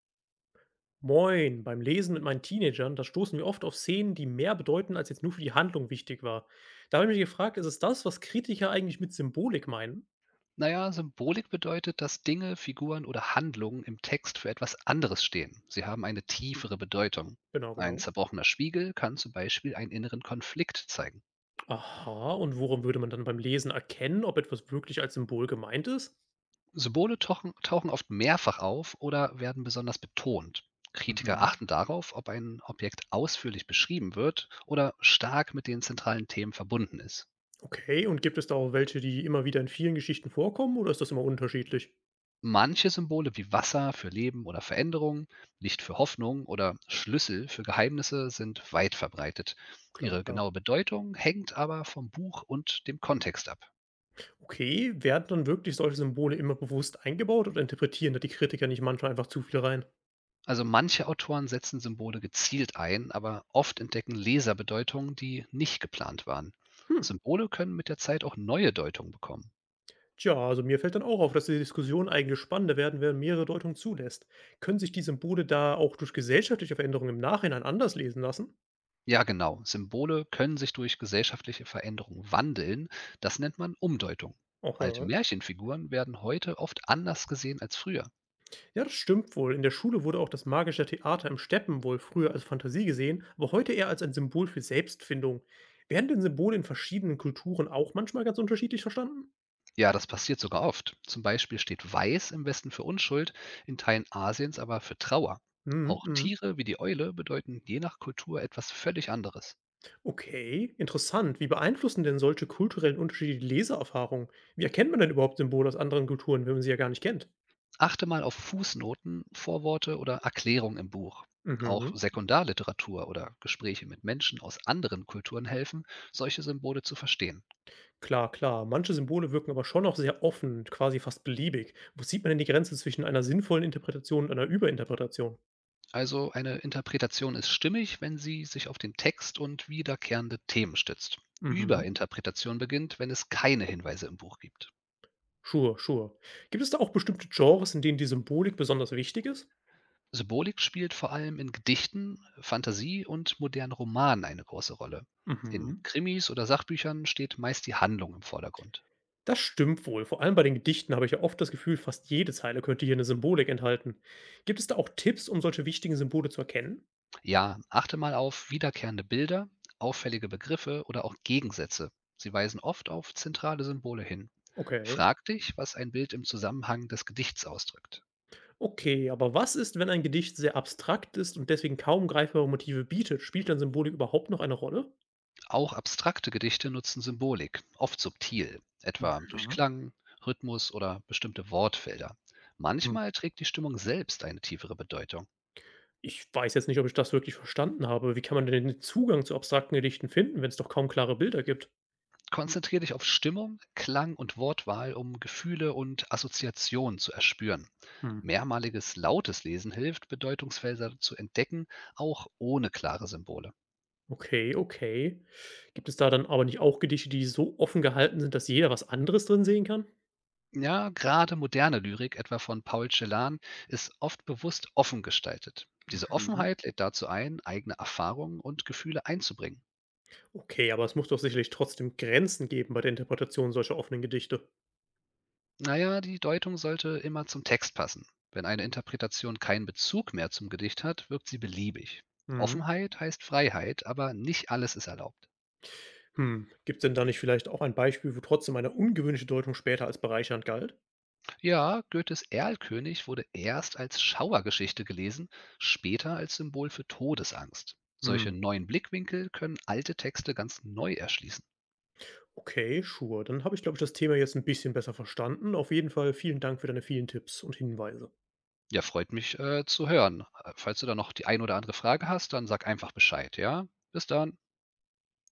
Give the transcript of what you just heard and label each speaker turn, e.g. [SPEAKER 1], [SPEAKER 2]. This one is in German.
[SPEAKER 1] Moin, beim Lesen mit meinen Teenagern, da stoßen wir oft auf Szenen, die mehr bedeuten, als jetzt nur für die Handlung wichtig war. Da habe ich mich gefragt, ist es das, was Kritiker eigentlich mit Symbolik meinen?
[SPEAKER 2] Naja, Symbolik bedeutet, dass Dinge, Figuren oder Handlungen im Text für etwas anderes stehen. Sie haben eine tiefere Bedeutung.
[SPEAKER 1] Genau,
[SPEAKER 2] Ein
[SPEAKER 1] genau.
[SPEAKER 2] zerbrochener Spiegel kann zum Beispiel einen inneren Konflikt zeigen.
[SPEAKER 1] Aha, und worum würde man dann beim Lesen erkennen, ob etwas wirklich als Symbol gemeint ist?
[SPEAKER 2] Symbole tauchen oft mehrfach auf oder werden besonders betont. Kritiker
[SPEAKER 1] Mhm.
[SPEAKER 2] achten darauf, ob ein Objekt ausführlich beschrieben wird oder stark mit den zentralen Themen verbunden ist.
[SPEAKER 1] Okay, und gibt es da auch welche, die immer wieder in vielen Geschichten vorkommen, oder ist das immer unterschiedlich?
[SPEAKER 2] Manche Symbole wie Wasser für Leben oder Veränderung, Licht für Hoffnung oder Schlüssel für Geheimnisse sind weit verbreitet.
[SPEAKER 1] Klar,
[SPEAKER 2] Ihre
[SPEAKER 1] klar.
[SPEAKER 2] genaue Bedeutung hängt aber vom Buch und dem Kontext ab.
[SPEAKER 1] Okay, werden dann wirklich solche Symbole immer bewusst eingebaut oder interpretieren da die Kritiker nicht manchmal einfach zu viel rein?
[SPEAKER 2] Also manche Autoren setzen Symbole gezielt ein, aber oft entdecken Leser Bedeutungen, die nicht geplant waren.
[SPEAKER 1] Hm.
[SPEAKER 2] Symbole können mit der Zeit auch neue Deutungen bekommen.
[SPEAKER 1] Tja, also mir fällt dann auch auf, dass die Diskussion eigentlich spannender werden, wenn mehrere Deutungen zulässt. Können sich die Symbole da auch durch gesellschaftliche Veränderungen im Nachhinein anders lesen lassen?
[SPEAKER 2] Ja, genau. Symbole können sich durch gesellschaftliche Veränderungen wandeln. Das nennt man Umdeutung. Alte
[SPEAKER 1] Aha.
[SPEAKER 2] Märchenfiguren werden heute oft anders gesehen als früher.
[SPEAKER 1] Ja, das stimmt wohl. In der Schule wurde auch das magische Theater im Steppen wohl früher als Fantasie gesehen, aber heute eher als ein Symbol für Selbstfindung. Werden denn Symbole in verschiedenen Kulturen auch manchmal ganz unterschiedlich verstanden?
[SPEAKER 2] Ja, das passiert sogar oft. Zum Beispiel steht Weiß im Westen für Unschuld, in Teilen Asiens aber für Trauer.
[SPEAKER 1] Mhm,
[SPEAKER 2] Auch
[SPEAKER 1] mhm.
[SPEAKER 2] Tiere wie die Eule bedeuten je nach Kultur etwas völlig anderes.
[SPEAKER 1] Okay, interessant. Wie beeinflussen denn solche kulturellen Unterschiede die Leseerfahrung? Wie erkennt man denn überhaupt Symbole aus anderen Kulturen, wenn man sie ja gar nicht kennt?
[SPEAKER 2] Achte mal auf Fußnoten, Vorworte oder Erklärungen im Buch. Auch
[SPEAKER 1] Mhm.
[SPEAKER 2] Sekundarliteratur oder Gespräche mit Menschen aus anderen Kulturen helfen, solche Symbole zu verstehen.
[SPEAKER 1] Klar, klar. Manche Symbole wirken aber schon noch sehr offen, quasi fast beliebig. Wo sieht man denn die Grenze zwischen einer sinnvollen Interpretation und einer Überinterpretation?
[SPEAKER 2] Also eine Interpretation ist stimmig, wenn sie sich auf den Text und wiederkehrende Themen stützt.
[SPEAKER 1] Mhm.
[SPEAKER 2] Überinterpretation beginnt, wenn es keine Hinweise im Buch gibt.
[SPEAKER 1] Sure, sure. Gibt es da auch bestimmte Genres, in denen die Symbolik besonders wichtig ist?
[SPEAKER 2] Symbolik spielt vor allem in Gedichten, Fantasie und modernen Romanen eine große Rolle. In
[SPEAKER 1] Mhm.
[SPEAKER 2] Krimis oder Sachbüchern steht meist die Handlung im Vordergrund.
[SPEAKER 1] Das stimmt wohl. Vor allem bei den Gedichten habe ich ja oft das Gefühl, fast jede Zeile könnte hier eine Symbolik enthalten. Gibt es da auch Tipps, um solche wichtigen Symbole zu erkennen?
[SPEAKER 2] Ja, achte mal auf wiederkehrende Bilder, auffällige Begriffe oder auch Gegensätze. Sie weisen oft auf zentrale Symbole hin.
[SPEAKER 1] Okay.
[SPEAKER 2] Frag dich, was ein Bild im Zusammenhang des Gedichts ausdrückt.
[SPEAKER 1] Okay, aber was ist, wenn ein Gedicht sehr abstrakt ist und deswegen kaum greifbare Motive bietet? Spielt dann Symbolik überhaupt noch eine Rolle?
[SPEAKER 2] Auch abstrakte Gedichte nutzen Symbolik, oft subtil, etwa durch Klang, Rhythmus oder bestimmte Wortfelder.
[SPEAKER 1] Mhm.
[SPEAKER 2] Manchmal trägt die Stimmung selbst eine tiefere Bedeutung.
[SPEAKER 1] Ich weiß jetzt nicht, ob ich das wirklich verstanden habe. Wie kann man denn den Zugang zu abstrakten Gedichten finden, wenn es doch kaum klare Bilder gibt?
[SPEAKER 2] Konzentriere dich auf Stimmung, Klang und Wortwahl, um Gefühle und Assoziationen zu erspüren.
[SPEAKER 1] Hm,
[SPEAKER 2] Mehrmaliges lautes Lesen hilft, Bedeutungsfelder zu entdecken, auch ohne klare Symbole.
[SPEAKER 1] okay, okay. Gibt es da dann aber nicht auch Gedichte, die so offen gehalten sind, dass jeder was anderes drin sehen kann?
[SPEAKER 2] Ja, gerade moderne Lyrik, etwa von Paul Celan, ist oft bewusst offen gestaltet. Diese
[SPEAKER 1] Mhm.
[SPEAKER 2] Offenheit lädt dazu ein, eigene Erfahrungen und Gefühle einzubringen.
[SPEAKER 1] Okay, aber es muss doch sicherlich trotzdem Grenzen geben bei der Interpretation solcher offenen Gedichte.
[SPEAKER 2] Na ja, die Deutung sollte immer zum Text passen. Wenn eine Interpretation keinen Bezug mehr zum Gedicht hat, wirkt sie beliebig.
[SPEAKER 1] Mhm.
[SPEAKER 2] Offenheit heißt Freiheit, aber nicht alles ist erlaubt.
[SPEAKER 1] Hm, gibt's denn da nicht vielleicht auch ein Beispiel, wo trotzdem eine ungewöhnliche Deutung später als bereichernd galt?
[SPEAKER 2] Ja, Goethes Erlkönig wurde erst als Schauergeschichte gelesen, später als Symbol für Todesangst. Solche
[SPEAKER 1] Mhm.
[SPEAKER 2] neuen Blickwinkel können alte Texte ganz neu erschließen.
[SPEAKER 1] Okay, sure. Dann habe ich, glaube ich, das Thema jetzt ein bisschen besser verstanden. Auf jeden Fall vielen Dank für deine vielen Tipps und Hinweise.
[SPEAKER 2] Ja, freut mich zu hören. Falls du da noch die ein oder andere Frage hast, dann sag einfach Bescheid, ja? Bis dann.